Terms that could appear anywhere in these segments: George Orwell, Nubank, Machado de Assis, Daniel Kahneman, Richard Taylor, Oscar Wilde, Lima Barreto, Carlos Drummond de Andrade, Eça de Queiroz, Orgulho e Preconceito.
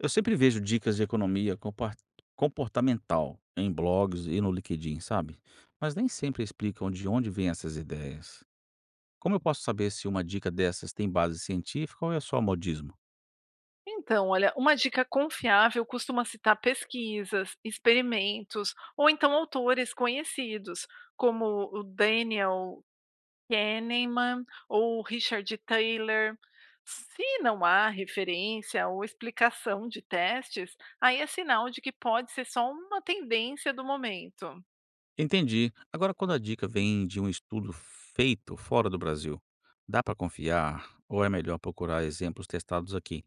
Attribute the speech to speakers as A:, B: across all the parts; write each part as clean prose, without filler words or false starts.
A: Eu sempre vejo dicas de economia comportamental em blogs e no LinkedIn, sabe? Mas nem sempre explicam de onde vêm essas ideias. Como eu posso saber se uma dica dessas tem base científica ou é só modismo?
B: Então, olha, uma dica confiável costuma citar pesquisas, experimentos ou então autores conhecidos, como o Daniel Kahneman ou o Richard Taylor. Se não há referência ou explicação de testes, aí é sinal de que pode ser só uma tendência do momento.
A: Entendi. Agora, quando a dica vem de um estudo feito fora do Brasil, dá para confiar ou é melhor procurar exemplos testados aqui?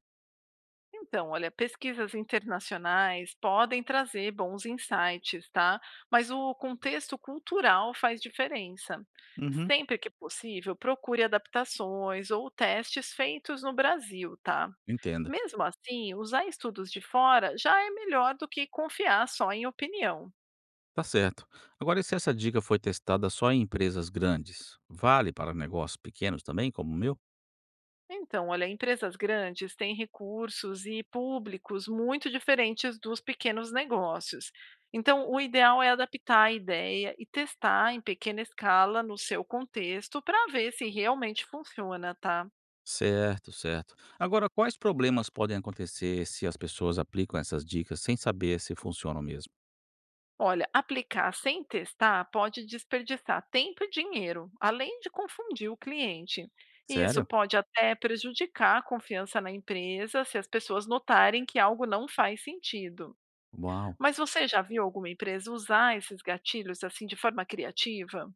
B: Então, olha, pesquisas internacionais podem trazer bons insights, tá? Mas o contexto cultural faz diferença.
A: Uhum,
B: Sempre que possível, procure adaptações ou testes feitos no Brasil, tá?
A: entendo.
B: Mesmo assim, usar estudos de fora já é melhor do que confiar só em opinião.
A: Tá certo. Agora, e se essa dica foi testada só em empresas grandes, vale para negócios pequenos também, como o meu?
B: Então, olha, empresas grandes têm recursos e públicos muito diferentes dos pequenos negócios. Então, o ideal é adaptar a ideia e testar em pequena escala no seu contexto para ver se realmente funciona, tá?
A: Certo, certo. Agora, quais problemas podem acontecer se as pessoas aplicam essas dicas sem saber se funcionam mesmo?
B: Olha, aplicar sem testar pode desperdiçar tempo e dinheiro, além de confundir o cliente. Isso
A: Sério?
B: pode até prejudicar a confiança na empresa se as pessoas notarem que algo não faz sentido.
A: Uau!
B: Mas você já viu alguma empresa usar esses gatilhos, assim, de forma criativa?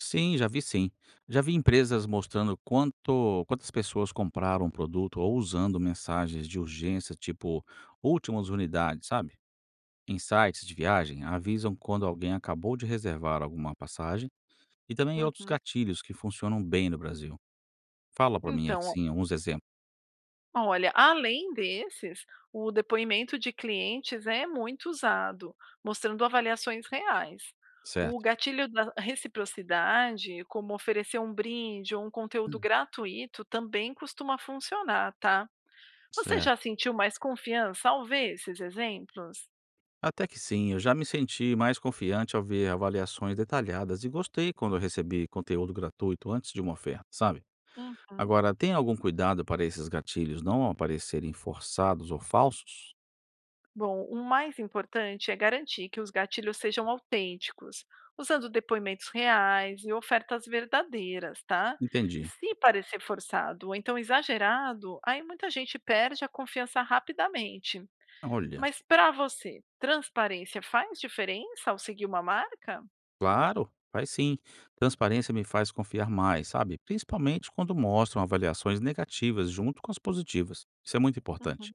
A: Sim. Já vi empresas mostrando quantas pessoas compraram um produto ou usando mensagens de urgência, tipo últimas unidades, sabe? Em sites de viagem, avisam quando alguém acabou de reservar alguma passagem e também outros
B: Uhum.
A: gatilhos que funcionam bem no Brasil. Fala pra mim,
B: Então,
A: assim, uns exemplos.
B: olha, além desses, o depoimento de clientes é muito usado, mostrando avaliações reais. O
A: Certo,
B: gatilho da reciprocidade, como oferecer um brinde ou um conteúdo gratuito, também costuma funcionar, tá? Você já
A: certo.
B: sentiu mais confiança ao ver esses exemplos?
A: Até que sim, eu já me senti mais confiante ao ver avaliações detalhadas e gostei quando eu recebi conteúdo gratuito antes de uma oferta, sabe?
B: Uhum.
A: Agora, tem algum cuidado para esses gatilhos não aparecerem forçados ou falsos?
B: Bom, o mais importante é garantir que os gatilhos sejam autênticos, usando depoimentos reais e ofertas verdadeiras, tá?
A: Entendi.
B: Se parecer forçado ou então exagerado, aí muita gente perde a confiança rapidamente.
A: Olha,
B: Mas para você, transparência faz diferença ao seguir uma marca?
A: claro, faz sim. Transparência me faz confiar mais, sabe? Principalmente quando mostram avaliações negativas junto com as positivas. Isso é muito importante.
B: Uhum.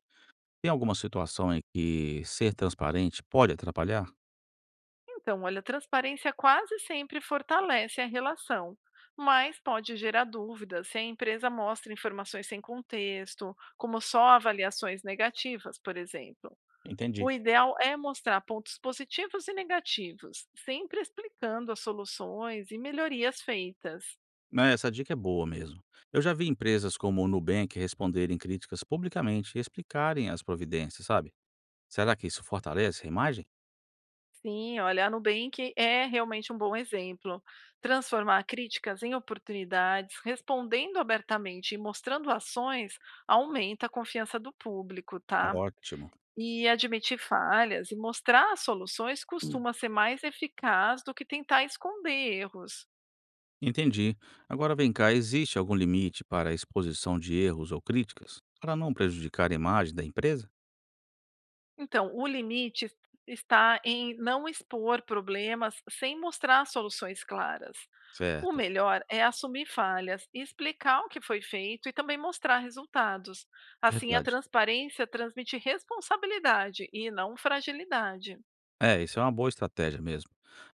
A: Tem alguma situação em que ser transparente pode atrapalhar?
B: Então, olha, transparência quase sempre fortalece a relação, mas pode gerar dúvidas se a empresa mostra informações sem contexto, como só avaliações negativas, por exemplo. O
A: Entendi.
B: ideal é mostrar pontos positivos e negativos, sempre explicando as soluções e melhorias feitas.
A: É, essa dica é boa mesmo. Eu já vi empresas como o Nubank responderem críticas publicamente e explicarem as providências, sabe? Será que isso fortalece a imagem?
B: Sim, olha, a Nubank é realmente um bom exemplo. Transformar críticas em oportunidades, respondendo abertamente e mostrando ações, aumenta a confiança do público, tá?
A: Ótimo.
B: E admitir falhas e mostrar soluções costuma ser mais eficaz do que tentar esconder erros.
A: Entendi. Agora vem cá, existe algum limite para a exposição de erros ou críticas? Para não prejudicar a imagem da empresa?
B: Então, o limite está em não expor problemas sem mostrar soluções claras. O
A: Certo.
B: melhor é assumir falhas, e explicar o que foi feito e também mostrar resultados. Assim, a
A: Verdade.
B: transparência transmite responsabilidade e não fragilidade.
A: É, isso é uma boa estratégia mesmo.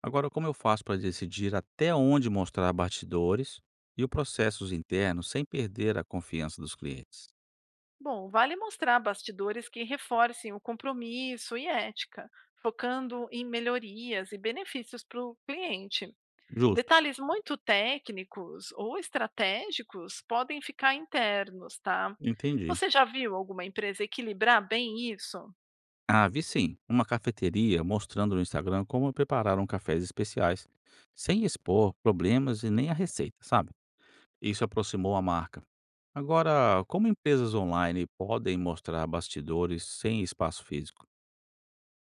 A: Agora, como eu faço para decidir até onde mostrar bastidores e os processos internos sem perder a confiança dos clientes?
B: Bom, vale mostrar bastidores que reforcem o compromisso e ética, focando em melhorias e benefícios para o cliente.
A: Justo.
B: Detalhes muito técnicos ou estratégicos podem ficar internos, tá?
A: Entendi.
B: Você já viu alguma empresa equilibrar bem isso?
A: Ah, vi sim. Uma cafeteria mostrando no Instagram como prepararam cafés especiais, sem expor problemas e nem a receita, sabe? Isso aproximou a marca. Agora, como empresas online podem mostrar bastidores sem espaço físico?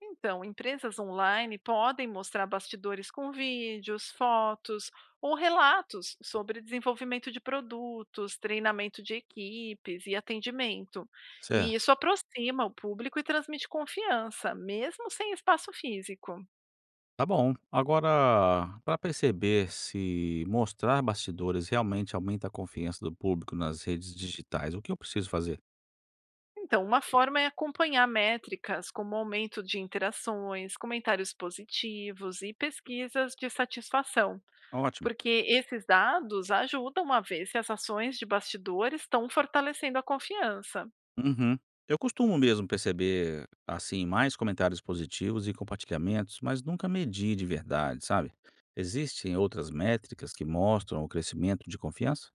B: Então, empresas online podem mostrar bastidores com vídeos, fotos ou relatos sobre desenvolvimento de produtos, treinamento de equipes e atendimento. E isso
A: Certo.
B: aproxima o público e transmite confiança, mesmo sem espaço físico.
A: Tá bom. Agora, para perceber se mostrar bastidores realmente aumenta a confiança do público nas redes digitais, o que eu preciso fazer?
B: Então, uma forma é acompanhar métricas como aumento de interações, comentários positivos e pesquisas de satisfação,
A: Ótimo.
B: porque esses dados ajudam a ver se as ações de bastidores estão fortalecendo a confiança.
A: Uhum. Eu costumo mesmo perceber, assim, mais comentários positivos e compartilhamentos, mas nunca medi de verdade, sabe? Existem outras métricas que mostram o crescimento de confiança?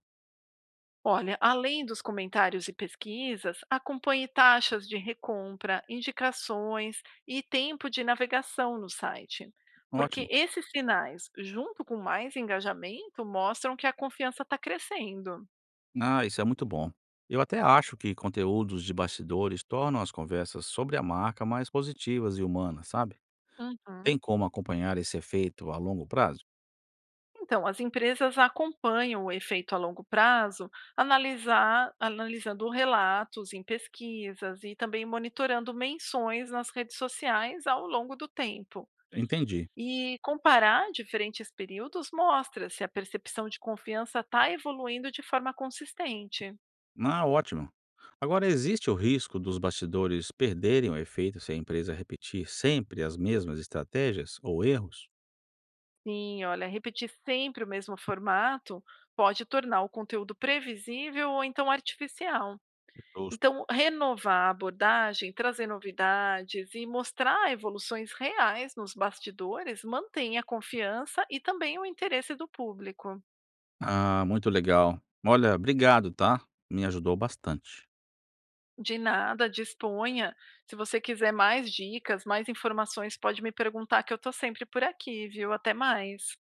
B: Olha, além dos comentários e pesquisas, acompanhe taxas de recompra, indicações e tempo de navegação no site. Porque
A: Ótimo.
B: esses sinais, junto com mais engajamento, mostram que a confiança está crescendo.
A: Ah, isso é muito bom. Eu até acho que conteúdos de bastidores tornam as conversas sobre a marca mais positivas e humanas, sabe?
B: Uhum.
A: Tem como acompanhar esse efeito a longo prazo?
B: Então, as empresas acompanham o efeito a longo prazo, analisando relatos em pesquisas e também monitorando menções nas redes sociais ao longo do tempo.
A: Entendi.
B: E comparar diferentes períodos mostra se a percepção de confiança está evoluindo de forma consistente.
A: Ah, ótimo. Agora, existe o risco dos bastidores perderem o efeito se a empresa repetir sempre as mesmas estratégias ou erros?
B: Sim, olha, repetir sempre o mesmo formato pode tornar o conteúdo previsível ou então artificial.
A: Justo.
B: Então, renovar a abordagem, trazer novidades e mostrar evoluções reais nos bastidores mantém a confiança e também o interesse do público.
A: Ah, muito legal. Olha, obrigado, tá? Me ajudou bastante.
B: De nada, disponha. Se você quiser mais dicas, mais informações, pode me perguntar que eu estou sempre por aqui, viu? Até mais.